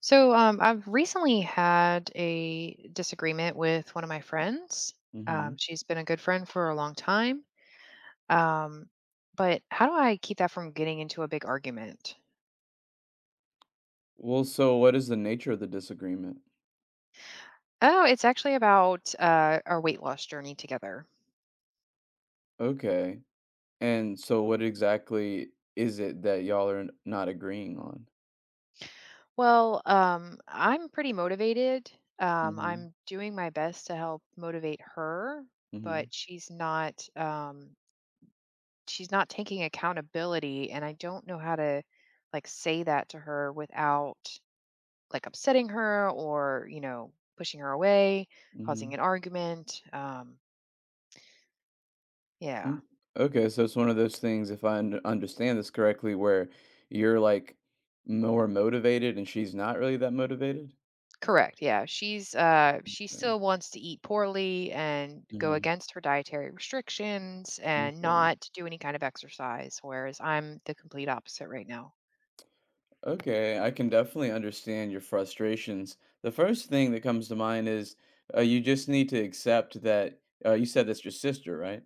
So, I've recently had a disagreement with one of my friends. Hmm. She's been a good friend for a long time. Um, but how do I keep that from getting into a big argument? Well, so what is the nature of the disagreement? Oh, it's actually about our weight loss journey together. Okay. And so what exactly is it that y'all are not agreeing on? Well, I'm pretty motivated. Mm-hmm. I'm doing my best to help motivate her, Mm-hmm. but she's not. She's not taking accountability, and I don't know how to like say that to her without like upsetting her or pushing her away causing Mm-hmm. an argument yeah. Mm. Okay, so it's one of those things, if I understand this correctly, where you're like more motivated and she's not really that motivated. Correct, yeah, she's she still wants to eat poorly and go Mm-hmm. against her dietary restrictions and Okay. not do any kind of exercise, whereas I'm the complete opposite right now. Okay, I can definitely understand your frustrations. The first thing that comes to mind is you just need to accept that you said that's your sister, right?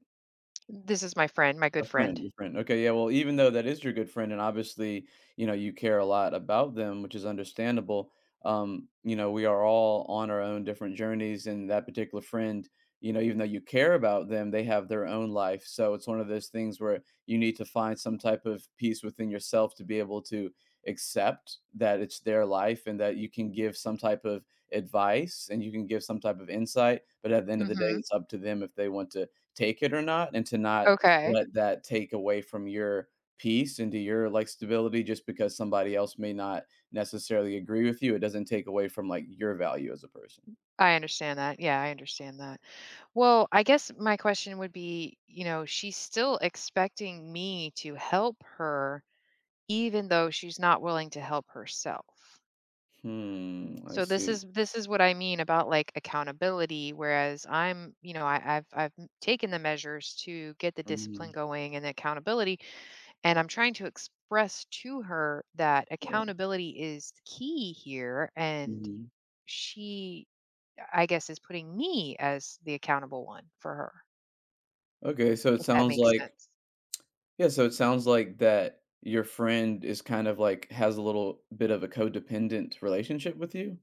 This is my friend, my A good friend. friend, your friend. Okay, yeah, well, even though that is your good friend, and obviously, you know, you care a lot about them, which is understandable. You know, we are all on our own different journeys, and that particular friend, you know, even though you care about them, they have their own life. So it's one of those things where you need to find some type of peace within yourself to be able to accept that it's their life and that you can give some type of advice and you can give some type of insight. But at the end of the day, Mhm. it's up to them if they want to take it or not, and to not Okay. let that take away from your peace and to your like stability just because somebody else may not necessarily agree with you. It doesn't take away from like your value as a person. I understand that, yeah, I understand that. Well, I guess my question would be, she's still expecting me to help her even though she's not willing to help herself. Hmm, I So this see. is this is what I mean about like accountability. Whereas I'm, I've taken the measures to get the discipline Mhm, going and the accountability, and I'm trying to express to her that yeah, accountability is key here, and mhm. she, I guess, is putting me as the accountable one for her, Okay, so it if that sounds makes like, sense. yeah, so it sounds like that your friend is kind of like has a little bit of a codependent relationship with you?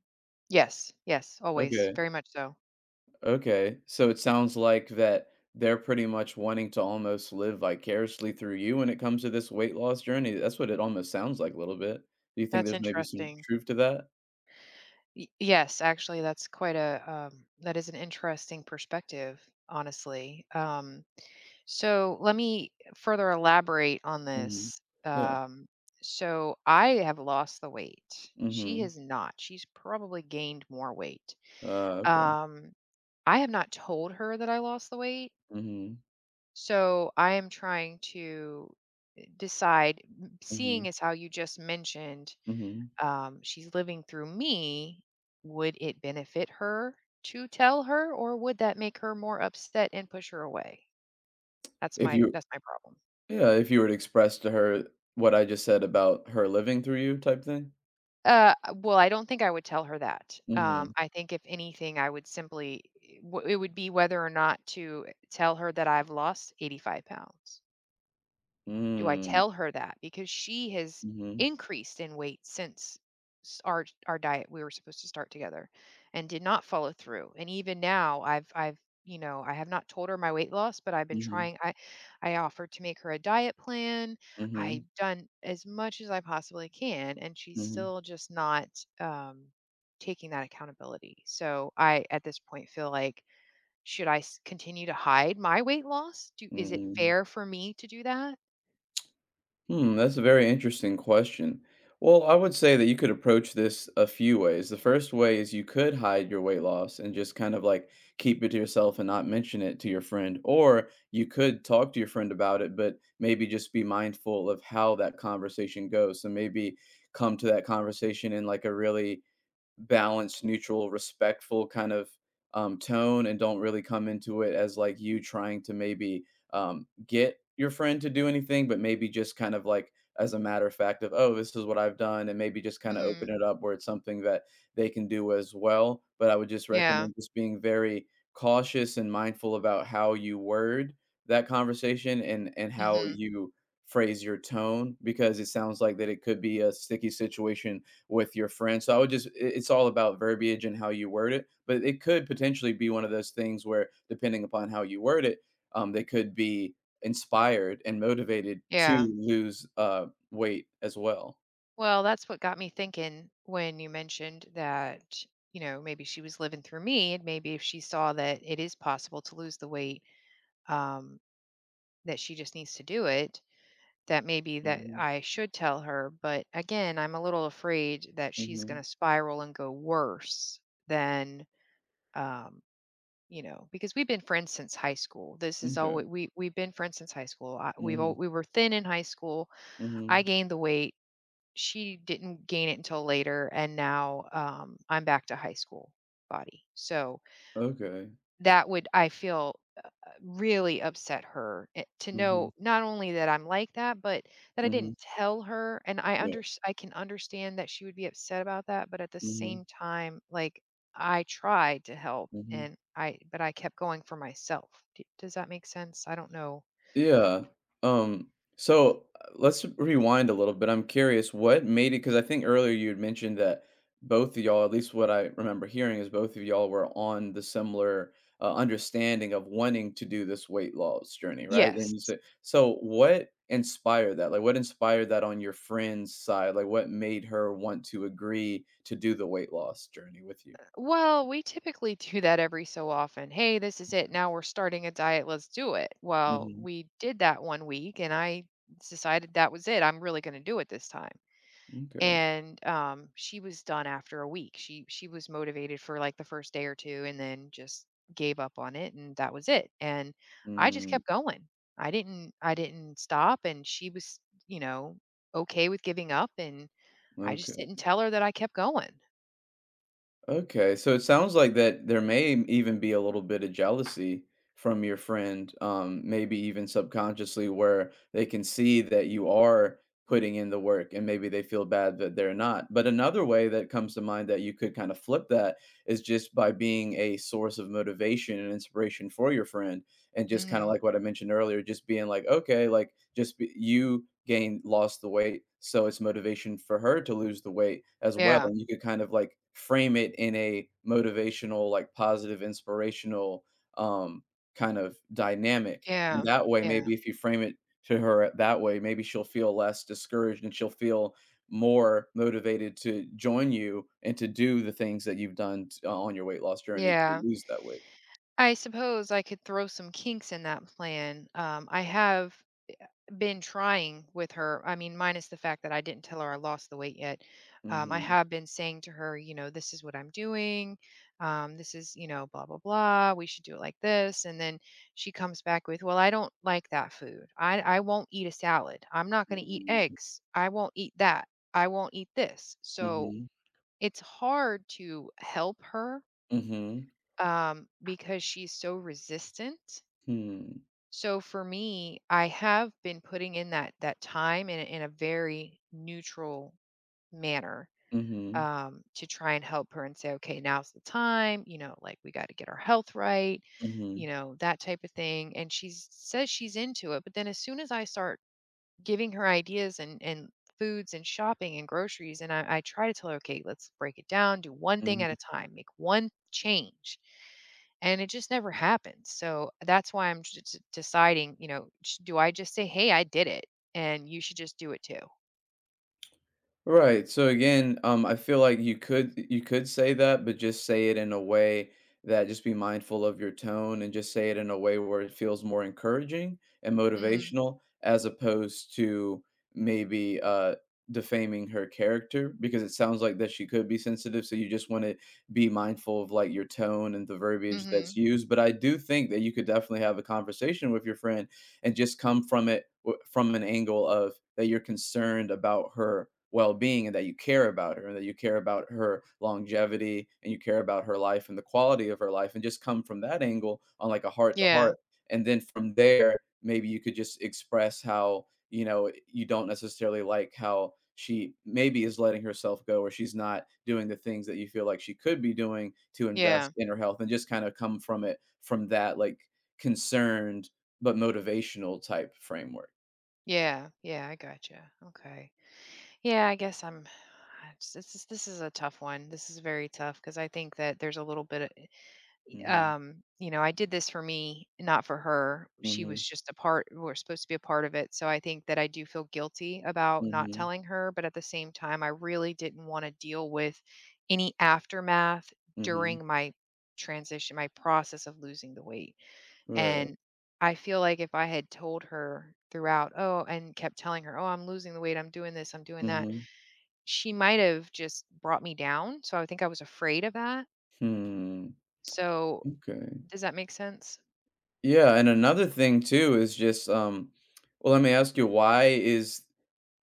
Yes, yes, always, Okay. very much so. Okay, so it sounds like that they're pretty much wanting to almost live vicariously through you when it comes to this weight loss journey. That's what it almost sounds like a little bit. Do you think That's there's maybe some interesting. truth to that? Yes, actually, that's quite a that is an interesting perspective, honestly. So let me further elaborate on Mhm. this. Yeah. Um, so I have lost the weight. She Mhm. has not. She's probably gained more weight. Okay. Um, I have not told her that I lost the weight. Mhm. So I am trying to decide. Seeing Mhm. as how you just mentioned Mhm. She's living through me, would it benefit her to tell her, or would that make her more upset and push her away? That's If my you that's my problem. Yeah, if you were to express to her what I just said about her living through you type thing? Well, I don't think I would tell her that. Mhm. I think if anything, I would simply eh, w- it would be whether or not to tell her that I've lost 85 pounds. Do I Mm. tell her that? Because she has Mhm. increased in weight since our diet we were supposed to start together and did not follow through. And even now I have not told her my weight loss, but I've been Mhm. trying. I offered to make her a diet plan. Mhm. I've done as much as I possibly can, and she's Mhm. still just not um taking that accountability. So I at this point feel like, should I continue to hide my weight loss? Do Is it Mhm. fair for me to do that? Hmm, that's a very interesting question. Well, I would say that you could approach this a few ways. The first way is you could hide your weight loss and just kind of like keep it to yourself and not mention it to your friend. Or you could talk to your friend about it, but maybe just be mindful of how that conversation goes. So maybe come to that conversation in like a really balanced, neutral, respectful kind of, tone and don't really come into it as, like, you trying to maybe, get your friend to do anything, but maybe just kind of, like, as a matter of fact of, "Oh, this is what I've done," and maybe just kinda open it up where it's something that they can do as well, but I would just Yeah. recommend just being very cautious and mindful about how you word that conversation and how Mhm. you phrase your tone because it sounds like that it could be a sticky situation with your friends. So I would just, it's all about verbiage and how you word it. But it could potentially be one of those things where, depending upon how you word it, they could be inspired and motivated Yeah. to lose weight as well. Well, that's what got me thinking when you mentioned that, maybe she was living through me, and maybe if she saw that it is possible to lose the weight, um, that she just needs to do it, that maybe that Hmm. I should tell her. But again, I'm a little afraid that she's Hmm. going to spiral and go worse than, um, because we've been friends since high school. This is all Okay. we we've been friends since high school. Hmm. We were thin in high school. I Hmm. gained the weight, she didn't gain it until later, and now I'm back to high school body. So Okay. that would, I feel really upset her, to Hmm. know not only that I'm like that, but that I Hmm. didn't tell her. And Yeah. I can understand that she would be upset about that, but at the Hmm. same time, like, I tried to help, Hmm. and I but I kept going for myself. Does that make sense? I don't know. Yeah. Um, so let's rewind a little bit. I'm curious what made it because I think earlier you had mentioned that both of y'all, at least what I remember hearing, is both of y'all were on the similar understanding of wanting to do this weight loss journey, right? And you Yes. said, so what inspired that? Like, what inspired that on your friend's side? Like, what made her want to agree to do the weight loss journey with you? Well, we typically do that every so often. Hey, this is it. Now we're starting a diet. Let's do it. Well, Hmm. we did that one week, and I decided that was it. I'm really going to do it this time. Okay. And she was done after a week. She was motivated for like the first day or two, and then just gave up on it, and that was it. And I just Mm. kept going. I didn't stop, and she was, you know, okay with giving up, and I just didn't tell her that I kept going. Okay, so it sounds like that there may even be a little bit of jealousy from your friend, maybe even subconsciously, where they can see that you are putting in the work and maybe they feel bad that they're not. But another way that comes to mind that you could kind of flip that is just by being a source of motivation and inspiration for your friend and just kinda Mhm. like what I mentioned earlier, just being like, "Okay," like, just be you gained lost the weight, so it's motivation for her to lose the weight as well, Yeah. and you could kind of, like, frame it in a motivational, like, positive, inspirational, um, kind of dynamic, and Yeah, that way, yeah, maybe if you frame it to her that way, maybe she'll feel less discouraged, and she'll feel more motivated to join you and to do the things that you've done t on your weight loss journey to yeah. lose that weight. I suppose I could throw some kinks in that plan. I have been trying with her. I mean, minus the fact that I didn't tell her I lost the weight yet. I Mhm. have been saying to her, this is what I'm doing. This is, blah, blah, blah. We should do it like this. And then she comes back with, well, I don't like that food. I won't eat a salad. I'm not going to eat Mhm. eggs. I won't eat that. I won't eat this. So Mhm, it's hard to help her, mhm, because she's so resistant. hmm, So for me, I have been putting in that time in in a very neutral manner, mhm, to try and help her and say, okay, now's the time. You know, like we got to get our health right. You mhm, know, that type of thing. And she says she's into it, but then as soon as I start giving her ideas and foods and shopping and groceries, and I try to tell her, okay, let's break it down, do one thing at a mhm. time, make one change, and it just never happens. So that's why I'm just deciding, do I just say, hey, I did it, and you should just do it too? Right, so again, I feel like you could say that, but just say it in a way that just be mindful of your tone and just say it in a way where it feels more encouraging and Hmm. motivational as opposed to maybe, defaming her character because it sounds like that she could be sensitive, so you just wanna be mindful of, like, your tone and the verbiage that's Hmm. used, but I do think that you could definitely have a conversation with your friend and just come from it from an angle of that you're concerned about her well-being and that you care about her and that you care about her longevity and you care about her life and the quality of her life and just come from that angle on like a heart to Yeah, heart and then from there maybe you could just express how you know you don't necessarily like how she maybe is letting herself go or she's not doing the things that you feel like she could be doing to yeah, invest in her health and just kind of come from it from that like concerned but motivational type framework. yeah. Yeah, I gotcha. Okay. Yeah, I guess this is a tough one, this is very tough, because I think that there's a little bit, Mhm, I did this for me, not for her. She was mhm, just a part, we are supposed to be a part of it. So I think that I do feel guilty about not mhm, telling her. But at the same time, I really didn't want to deal with any aftermath mhm, during my transition, my process of losing the weight. right, And I feel like if I had told her throughout, oh, and kept telling her, oh, I'm losing the weight, I'm doing this, I'm doing that, mhm, she might have just brought me down. So I think I was afraid of that. hmm, So okay. does that make sense? Yeah, and another thing too is just, well, let me ask you, why is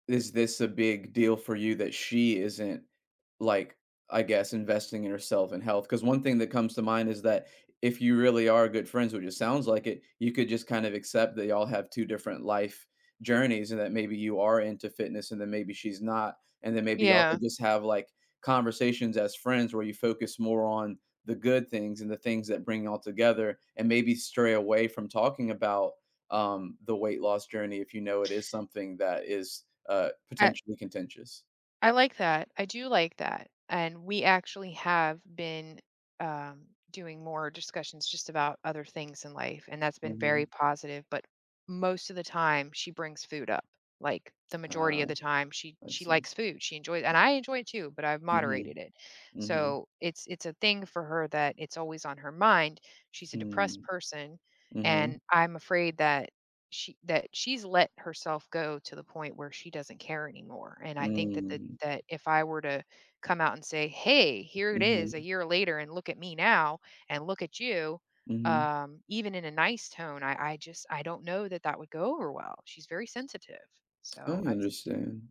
Is this a big deal for you that she isn't, like, I guess, investing in herself and health? Because one thing that comes to mind is that if you really are good friends, which it sounds like it, you could just kind of accept that y'all have 2 different life journeys and that maybe you are into fitness and then maybe she's not, and then maybe y'all Yeah. could just have, like, conversations as friends where you focus more on the good things and the things that bring y'all together and maybe stray away from talking about, the weight loss journey if you know it is something that is I potentially contentious. I like that. I do like that. And we actually have been doing more discussions just about other things in life, and that's been very Mhm. positive. But most of the time, she brings food up. Like the majority Uh, of the time, she let's she see. likes food. She enjoys, and I enjoy it too. But I've Mhm, moderated it, mhm, so it's a thing for her that it's always on her mind. She's a depressed hmm, person, mhm, and I'm afraid that she's let herself go to the point where she doesn't care anymore. And I think that the mm, that if I were to come out and say, "Hey, here it is a mhm, year later and look at me now and look at you," mhm. Even in a nice tone, I don't know that that would go over well. She's very sensitive. I So that's understand.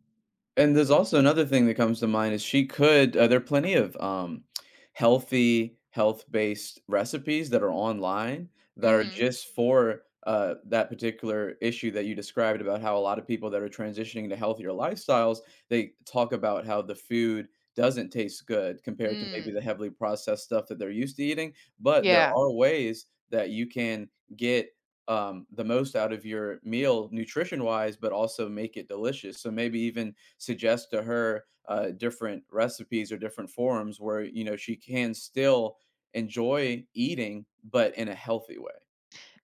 And that's, there's that's also another thing that comes to mind is she could there are plenty of healthy, health-based recipes that are online that are Mm-hmm. just for that particular issue that you described about how a lot of people that are transitioning to healthier lifestyles, they talk about how the food doesn't taste good compared to maybe Mm. the heavily processed stuff that they're used to eating. But there Yeah. are ways that you can get the most out of your meal nutrition wise, but also make it delicious. So maybe even suggest to her different recipes or different forums where you know she can still enjoy eating, but in a healthy way.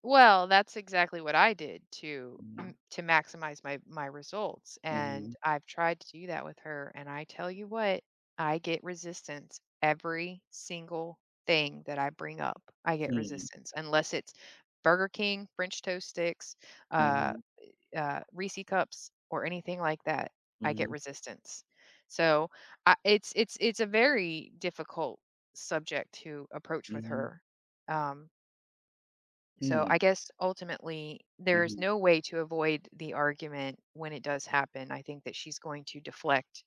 Well, that's exactly what I did to to maximize my results, and Mhm. I've tried to do that with her. And I tell you what, I get resistance every single thing that I bring up. I get Mhm. resistance unless it's Burger King, French toast sticks, uh, Hmm. Reese cups, or anything like that. I get Mhm. resistance. So it's a very difficult subject to approach Mhm. with Mhm. her. Um, so Hmm. I guess ultimately, there's Mhm. no way to avoid the argument when it does happen. I think that she's going to deflect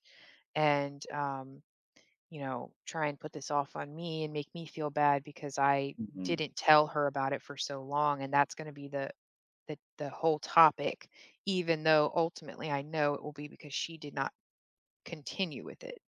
and, try and put this off on me and make me feel bad because I Mhm. didn't tell her about it for so long. And that's going to be the whole topic, even though ultimately I know it will be because she did not continue with it,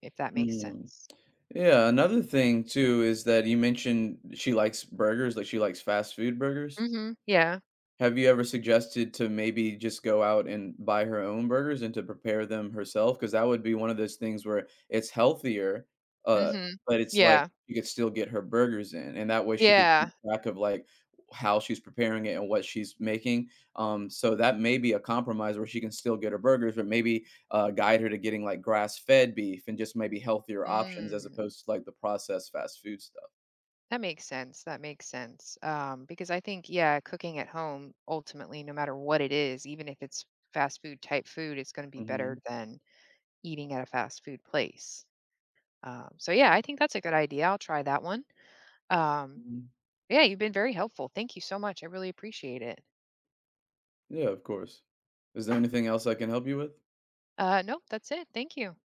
if that makes Mhm. sense. Yeah, another thing too is that you mentioned she likes burgers, like she likes fast food burgers. Mm-hmm. Yeah. Have you ever suggested to maybe just go out and buy her own burgers and to prepare them herself? Because that would be one of those things where it's healthier, uh, Mm-hmm. but it's like Yeah. you could still get her burgers in, and that way she could keep Yeah. track of, like, how she's preparing it and what she's making, so that may be a compromise where she can still get her burgers, but maybe, guide her to getting, like, grass-fed beef and just maybe healthier options as Mm. opposed to, like, the processed fast food stuff. That makes sense. That makes sense. Because I think, yeah, cooking at home, ultimately, no matter what it is, even if it's fast food type food, it's going to be better Mhm, than eating at a fast food place. So, yeah, I think that's a good idea. I'll try that one. Um, mhm. yeah, you've been very helpful. Thank you so much. I really appreciate it. Yeah, of course. Is there anything else I can help you with? Nope, that's it. Thank you.